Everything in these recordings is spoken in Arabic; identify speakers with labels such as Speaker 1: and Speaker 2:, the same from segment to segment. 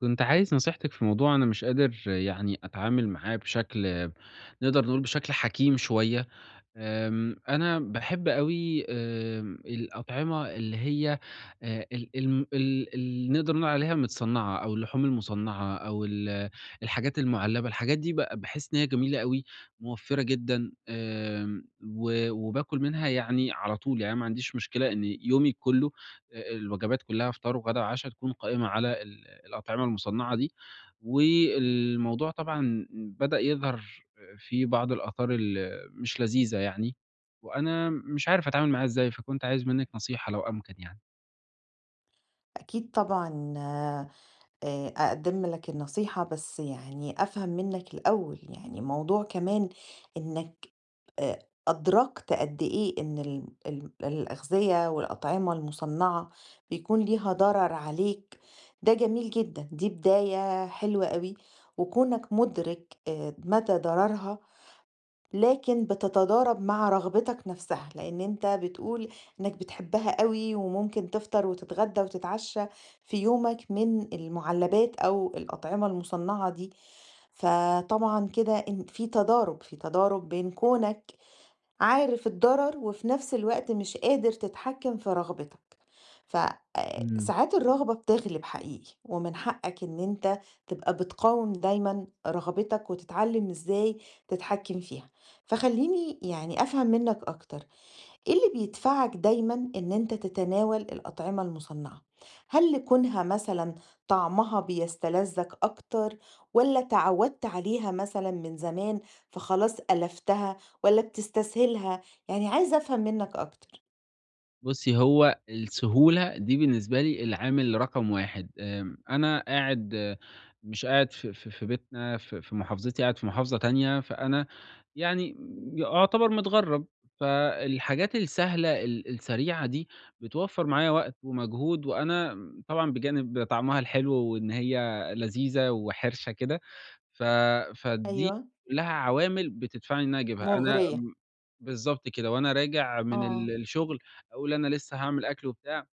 Speaker 1: كنت عايز نصيحتِك في موضوع أنا مش قادر يعني أتعامل معاه بشكل نقدر نقول بشكل حكيم شوية، أنا باحب أوي الأطعمة اللي هي ال الم ال اللي نقدر نقول عليها متصنّعة أو اللحوم المصنّعة أو الحاجات المُعلّبة، الحاجات دي باحس إن هي جميلة أوي، موفّرة جدًا وباكل منها يعني على طول، يعني أنا ما عنديش مشكلة إن يومي كلّه الوجبات كلّها فطار وغدا وعشا تكون قائمة على الأطعمة المصنّعة دي، والموضوع طبعًا بدأ يظهر في بعض الآثار مش لذيذة يعني، وأنا مش عارف أتعامل معاها إزاي، فكنت عايز منِّك نصيحة لو أمكن يعني.
Speaker 2: أكيد طبعًا أقدِّم لك النصيحة، بس يعني أفهم منّك الأول، يعني موضوع كمان إنّك آآ أدركت قد إيه إن ال ال الأغذية والأطعمة المُصنّعة بيكون ليها ضرر عليك، ده جميل جدًا، دي بداية حلوة أوي، وكونك مُدرك مدى ضررها لكن بتتضارب مع رغبتك نفسها، لإن أنت بتقول إنك بتحبها أوي وممكن تفطر وتتغدى وتتعشى في يومك من المعلبات أو الأطعمة المصنعة دي، فطبعًا كده إن في تضارب، بين كونك عارف الضرر وفي نفس الوقت مش قادر تتحكم في رغبتك،
Speaker 1: إمم.
Speaker 2: فساعات الرغبة بتغلب حقيقي، ومن حقك ان انت تبقى بتقاوم دايما رغبتك وتتعلم ازاي تتحكم فيها. فخليني يعني افهم منك اكتر، إيه اللي بيدفعك دايمًا إن أنت تتناول الأطعمة المصنعة؟ هل لكونها مثلًا طعمها بيستلذك أكتر، والّا اتعودت عليها مثلًا من زمان فخلاص ألفتها، والّا بتستسهلها؟ يعني عايزة أفهم منك أكتر.
Speaker 1: بُصّي، هو السهولة دي بالنسبة لي العامل رقم 1، أنا قاعد، مش قاعد في بيتنا، في محافظتي، قاعد في محافظة تانية، فأنا يعني أعتبر متغرّب، فالحاجات السهلة السريعة دي بتوفّر معايا وقت ومجهود، وأنا طبعًا بجانب طعمها الحلو وإن هي لذيذة وحرشة كده، ف فدي
Speaker 2: أيوه،
Speaker 1: كلّها عوامل بتدفعني إن أنا أجيبها. أنا
Speaker 2: مغرية،
Speaker 1: م بالضبط كده، وأنا راجع من
Speaker 2: آه،
Speaker 1: الشغل أقول أنا لسه هاعمل أكل وبتاع،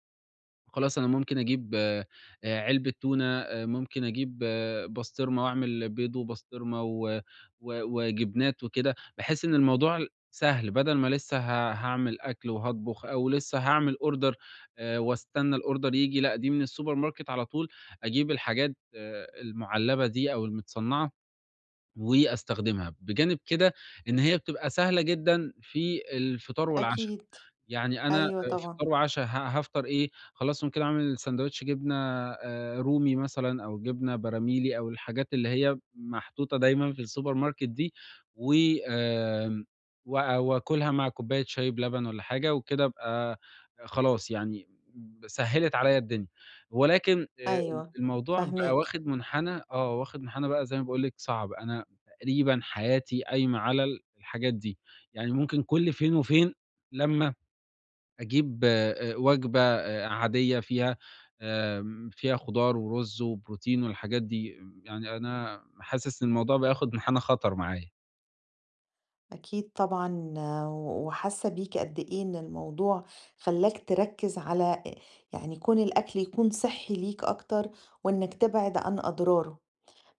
Speaker 1: خلاص أنا ممكن أجيب علبة تونة، ممكن أجيب، بسطرمة وأعمل بيض وبسطرمة و و وجبنات وكده، باحس إن الموضوع سهل، بدل ما لسه هاعمل أكل وهاطبخ أو لسه هاعمل order، واستنى الorder ييجي، لأ دي من السوبر ماركت على طول أجيب الحاجات، المعلبة دي أو المتصنعة وأستخدمها، بجانب كده إن هي بتبقى سهلة جدًا في الفطار والعشا.
Speaker 2: أكيد،
Speaker 1: يعني أنا
Speaker 2: أيوه طبعًا،
Speaker 1: فطار وعشا هافطر إيه، خلاص ممكن أعمل ساندويتش جبنة رومي مثلًا أو جبنة براميلي أو الحاجات اللي هي محطوطة دايمًا في السوبر ماركت دي، و آمم و وآكلها مع كوباية شاي بلبن والّا حاجة وكده أبقى خلاص يعني سهّلت عليّا الدنيا. ولكن
Speaker 2: أيوه،
Speaker 1: الموضوع بقى
Speaker 2: فاهماك.
Speaker 1: واخد منحنى، واخد منحنى بقى زي ما باقول لِك صعب، أنا تقريبًا حياتي قايمة على الحاجات دي، يعني ممكن كل فين وفين لمّا أجيب وجبة عادية فيها خضار ورُز وبروتين والحاجات دي، يعني أنا حاسس إن الموضوع بقى ياخد منحنى خطر معايا.
Speaker 2: أكيد طبعًا، آه، وحاسة بيك قد إيه إن الموضوع خلّاك تركّز على يعني كون الأكل يكون صحّي ليك أكتر وإنك تبعد عن أضراره،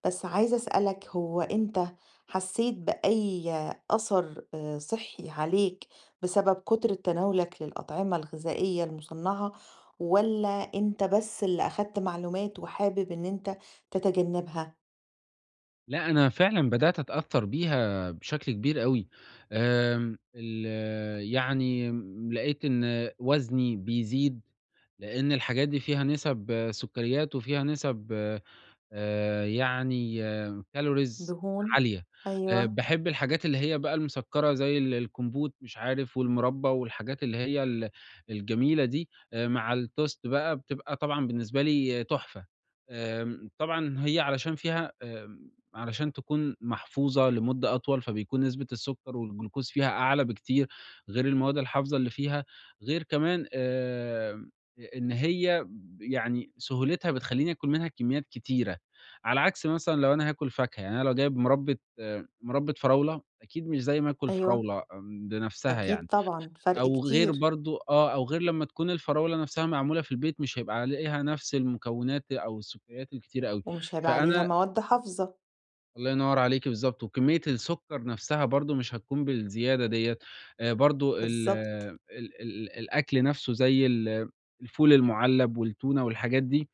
Speaker 2: بس عايزة أسألك هو أنت حسّيت بأي أثر صحّي عليك بسبب كترة تناولك للأطعمة الغذائية المصنّعة، والّا أنت بس اللي أخدت معلومات وحابب إن أنت تتجنّبها؟
Speaker 1: لأ، أنا فعلًا بدأت أتأثّر بيها بشكل كبير أوي. آمم، ال يعني لقيت إن وزني بيزيد، لإن الحاجات دي فيها نِسَب، سُكّريات وفيها نِسَب يعني كالوريز
Speaker 2: دهون،
Speaker 1: عالية،
Speaker 2: أيوه،
Speaker 1: باحب الحاجات اللي هي بقى المسكّرة زي الكمبوت مش عارف والمربى والحاجات اللي هي الجميلة دي، مع التوست بقى بتبقى طبعًا بالنسبة لي تحفة. طبعًا هي علشان فيها آمم علشان تكون محفوظة لمدة أطول، فبيكون نسبة السكر والجلوكوز فيها أعلى بكتير، غير المواد الحافظة اللي فيها، غير كمان آمم إ إن هي يعني سهولتها بتخلّيني آكل منها كميات كتيرة. على عكس مثلًا لو أنا هاكل فاكهة، يعني أنا لو جايب مربة فراولة، أكيد مش زي ما آكل
Speaker 2: أيوه،
Speaker 1: فراولة، بنفسها
Speaker 2: أكيد
Speaker 1: يعني،
Speaker 2: طبعًا، فرق
Speaker 1: أو غير
Speaker 2: كتير.
Speaker 1: برضه، أو غير لمّا تكون الفراولة نفسها معمولة في البيت، مش هيبقى عليها نفس المكونات أو السكريات الكتيرة أوي،
Speaker 2: ومش هيبقى عليها
Speaker 1: فأنا
Speaker 2: مواد حافظة،
Speaker 1: الله ينور عليكِ بالضبط، وكمية السكر نفسها برضه مش هتكون بالزيادة ديّة، برضه ال
Speaker 2: بالضبط،
Speaker 1: ال ال الأكل نفسه زي الفول المُعلّب والتونة والحاجات دي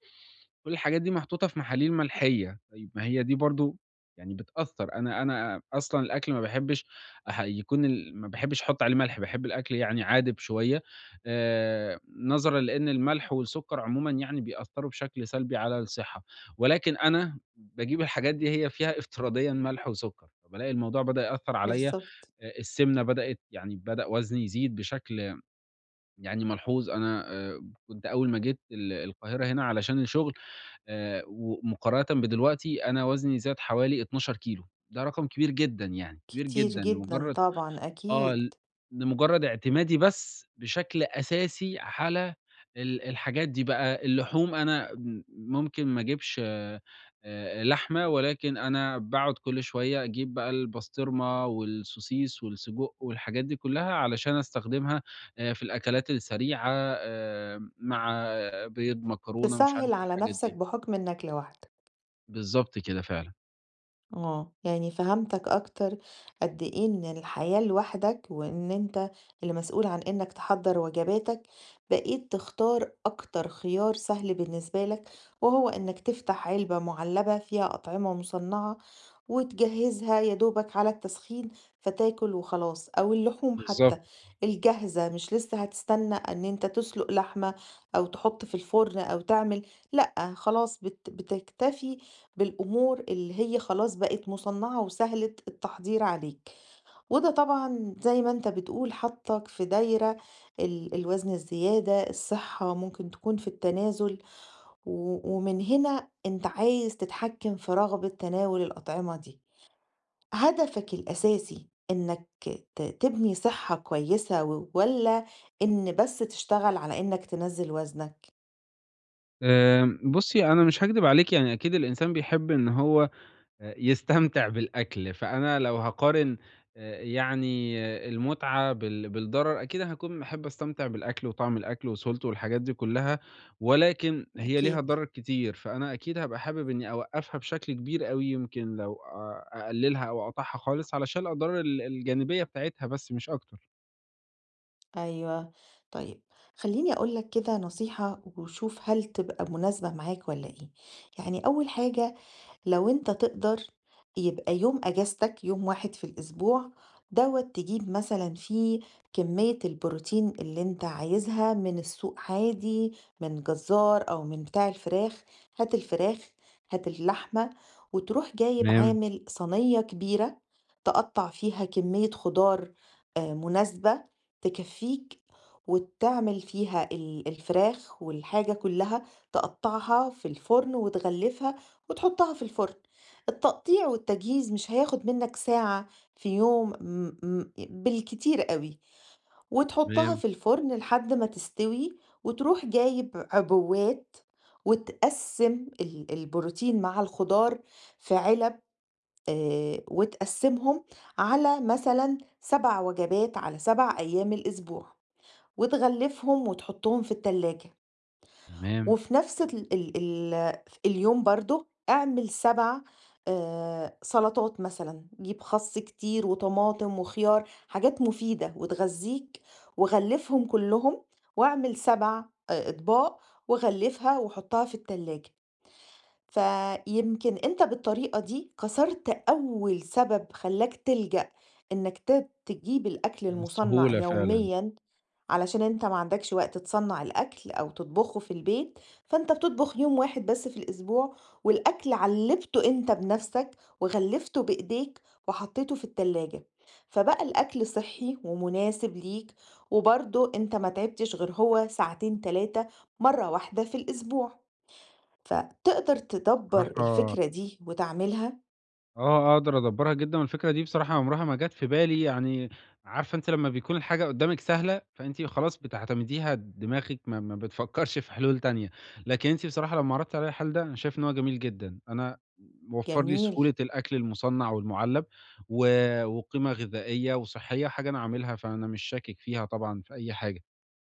Speaker 1: كل الحاجات دي محطوطة في محاليل ملحية، طيب ما هي دي برضه يعني بتأثّر، أنا أصلًا الأكل ما باحبش، أح يكون ال ما باحبش أحُط عليه ملح، باحب الأكل يعني عادب شوية، آآ نظرًا لإن الملح والسُكّر عمومًا يعني بيأثّروا بشكل سلبي على الصحة، ولكن أنا باجيب الحاجات دي هي فيها افتراضيًا ملح وسُكّر، فبالاقي الموضوع بدأ يأثّر عليَّ،
Speaker 2: بالضبط،
Speaker 1: السِمنة بدأت يعني بدأ وزني يزيد بشكل يعني ملحوظ، أنا كنت أول ما جيت القاهرة هنا علشان الشغل ومقارنةً بدلوقتي أنا وزني زاد حوالي 12 كيلو، ده رقم كبير جدًا يعني، كبير
Speaker 2: كتير
Speaker 1: جدًا
Speaker 2: جدًا
Speaker 1: لمجرد،
Speaker 2: طبعًا
Speaker 1: آه،
Speaker 2: أكيد،
Speaker 1: ل لمجرد اعتمادي بس بشكل أساسي على الحاجات دي بقى، اللحوم أنا م ممكن ما أجيبش لحمة، ولكن أنا باقعد كل شوية أجيب بقى البسطرمة والسوسيس والسجق والحاجات دي كلها علشان أستخدمها في الأكلات السريعة مع بيض، مكرونة، مش عارف
Speaker 2: تسهِّل
Speaker 1: إيه
Speaker 2: على
Speaker 1: الحاجات
Speaker 2: نَفْسك
Speaker 1: دي.
Speaker 2: بحُكم إنك لوحدك.
Speaker 1: بالضبط كده فعلًا،
Speaker 2: آه، يعني فهمتك أكتر قد إيه إن الحياة لوحدك وإن أنت اللي مسؤول عن إنك تحضّر وجباتك، بقيت تختار أكتر خيار سهل بالنسبة لك، وهو إنك تفتح علبة معلبة فيها أطعمة مصنعة وتجهزها يا دوبك على التسخين فتاكل وخلاص، أو اللحوم حتى
Speaker 1: بالضبط.
Speaker 2: الجاهزة مش لسه هتستنى إن أنت تسلق لحمة أو تحط في الفرن أو تعمل، لأ خلاص بتكتفي بالأمور اللي هي خلاص بقت مصنعة وسهلة التحضير عليك، وده طبعا زي ما انت بتقول حطك في دايرة الوزن الزيادة الصحة ممكن تكون في التنازل، ومن هنا انت عايز تتحكم في رغبة تناول الأطعمة دي. هدفك الأساسي انك تبني صحة كويسة، ولا ان بس تشتغل على انك تنزل وزنك؟
Speaker 1: بُصّي أنا مش هاكدب عليكِ يعني أكيد الإنسان بيحب إن هو يستمتع بالأكل، فأنا لو هاقارن يعني المتعة بالضرر أكيد هاكون باحب أستمتع بالأكل وطعم الأكل وسهولته والحاجات دي كلّها، ولكن هي ليها
Speaker 2: أكيد
Speaker 1: ضرر كتير، فأنا أكيد هابقى حابب إني أوقّفها بشكل كبير أوي، يمكن لو أقللها أو أقطعها خالص علشان الأضرار الجانبية بتاعتها بس مش أكتر.
Speaker 2: أيوه. طيب، خلّيني أقول لك كده نصيحة وشوف هل تبقى مناسبة معاك والّا إيه. يعني أول حاجة، لو أنت تقدر يبقى يوم أجازتك يوم واحد في الأسبوع دوت تجيب مثلا فيه كمية البروتين اللي انت عايزها من السوق عادي، من جزار أو من بتاع الفراخ، هات الفراخ، هات اللحمة، وتروح جايب
Speaker 1: تمام،
Speaker 2: عامل صينية كبيرة تقطع فيها كمية خضار، آه، مناسبة تكفيك، وتعمل فيها الفراخ والحاجة كلها تقطعها في الفرن وتغلفها وتحطها في الفرن. التقطيع والتجهيز مش هياخد منك ساعة في يوم، م م بالكتير أوي، وتحطها
Speaker 1: تمام،
Speaker 2: في الفرن لحد ما تستوي، وتروح جايب عبوات وتقسّم البروتين مع الخضار في علب، وتقسّمهم على مثلًا 7 وجبات على 7 أيام الأسبوع، وتغلّفهم وتحطهم في التلاجة.
Speaker 1: تمام.
Speaker 2: وفي نفس ال ال ال اليوم برضه اعمل 7 آه، سلطات، مثلا جيب خس كتير وطماطم وخيار حاجات مفيدة وتغذيك، وغلفهم كلهم، واعمل 7 آه، اطباق وغلفها وحطها في التلاجة. فيمكن أنت بالطريقة دي كسرت أول سبب خلاك تلجأ إنك تجيب الأكل المصنع
Speaker 1: السهولة فعلًا.
Speaker 2: يوميا، علشان أنت ما عندكش وقت تصنع الأكل أو تطبخه في البيت، فأنت بتطبخ يوم واحد بس في الأسبوع، والأكل علبته أنت بنفسك وغلفته بإيديك وحطيته في التلاجة، فبقى الأكل صحي ومناسب ليك، وبرضه أنت ما تعبتش غير هو ساعتين تلاتة مرة واحدة في الأسبوع، فتقدر تدبّر
Speaker 1: بصراحة،
Speaker 2: الفكرة دي وتعملها،
Speaker 1: أقدر أدبّرها جدًا والفكرة دي بصراحة عمرها ما جات في بالي، يعني عارفة أنتِ لمّا بيكون الحاجة قدّامِك سهلة، فأنتِ خلاص بتعتمديها دماغِك ما بتفكّرش في حلول تانية، لكن أنتِ بصراحة لمّا عرضتِ عليَّ الحل ده أنا شايف إن هو جميل جدًا، أنا وفّر لي
Speaker 2: جميل،
Speaker 1: سهولة الأكل المُصنّع والمُعلّب و وقيمة غذائية وصحّية، حاجة أنا عاملها فأنا مش شاكك فيها طبعًا في أي حاجة،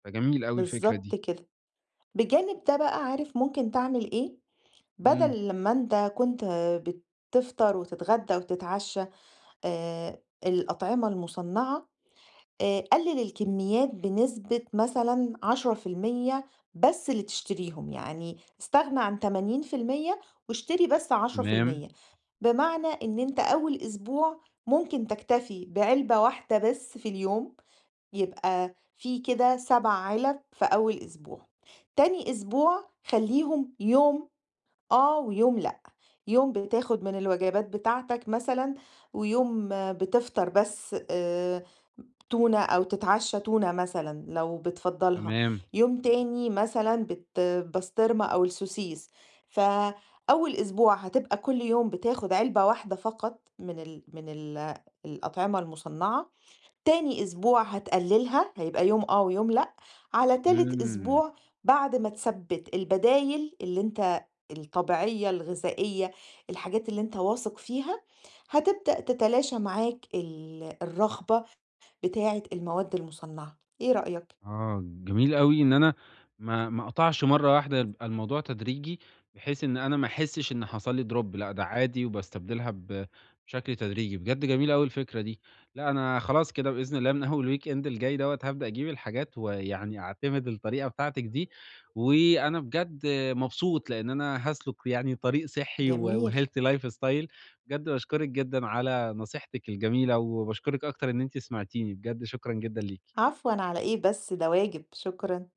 Speaker 1: فجميل أوي الفكرة
Speaker 2: بالضبط
Speaker 1: دي.
Speaker 2: كده. بجانب ده بقى عارف ممكن تعمل إيه؟
Speaker 1: إمم،
Speaker 2: بدل لمّا أنت كنت بتفطر وتتغدى وتتعشى الأطعمة المُصنّعة، قلِّل الكميات بنسبة مثلًا 10% بس اللي تشتريهم، يعني استغنى عن 80% واشتري بس
Speaker 1: تمام،
Speaker 2: 10%، بمعنى إن أنت أول أسبوع ممكن تكتفي بعلبة واحدة بس في اليوم، يبقى في كده 7 علب في أول أسبوع، تاني أسبوع خلّيهم يوم آه ويوم لأ، يوم بتاخد من الوجبات بتاعتك مثلًا، ويوم آه، بتفطر بس تونة أو تتعشى تونة مثلًا لو بتفضّلها،
Speaker 1: تمام،
Speaker 2: يوم تاني مثلًا بسطرمة أو السوسيس، فأول أسبوع هتبقى كل يوم بتاخد علبة واحدة فقط من ال من ال الأطعمة المُصنّعة، تاني أسبوع هتقلّلها، هيبقى يوم آه ويوم لأ، على تالت
Speaker 1: إمم.
Speaker 2: أسبوع بعد ما تثبّت البدايل اللي أنت، الطبيعية، الغذائية، الحاجات اللي أنت واثق فيها، هتبدأ تتلاشى معاك الرغبة بتاعة المواد المُصنّعة، إيه رأيك؟
Speaker 1: جميل أوي إن أنا ما أقطعش مرّة واحدة، يبقى الموضوع تدريجي، بحيث إن أنا ما أحسّش إن حصل لي drop، لأ، ده عادي وباستبدلها بشكل تدريجي، بجد جميلة أوي الفكرة دي. لأ، أنا خلاص كده بإذن الله من أول weekend الجاي دوّة هابدأ أجيب الحاجات، ويعني أعتمد الطريقة بتاعتِك دي، وأنا بجد مبسوط لإن أنا هاسلُك يعني طريق صحّي
Speaker 2: جميل،
Speaker 1: وhealthy lifestyle. بجد باشكرِك جدًا على نصيحتِك الجميلة، وباشكرِك أكتر إن أنتِ سمعتيني، بجد شكرًا جدًا ليكِ.
Speaker 2: عفوًا على إيه بس، ده واجب، شكرًا.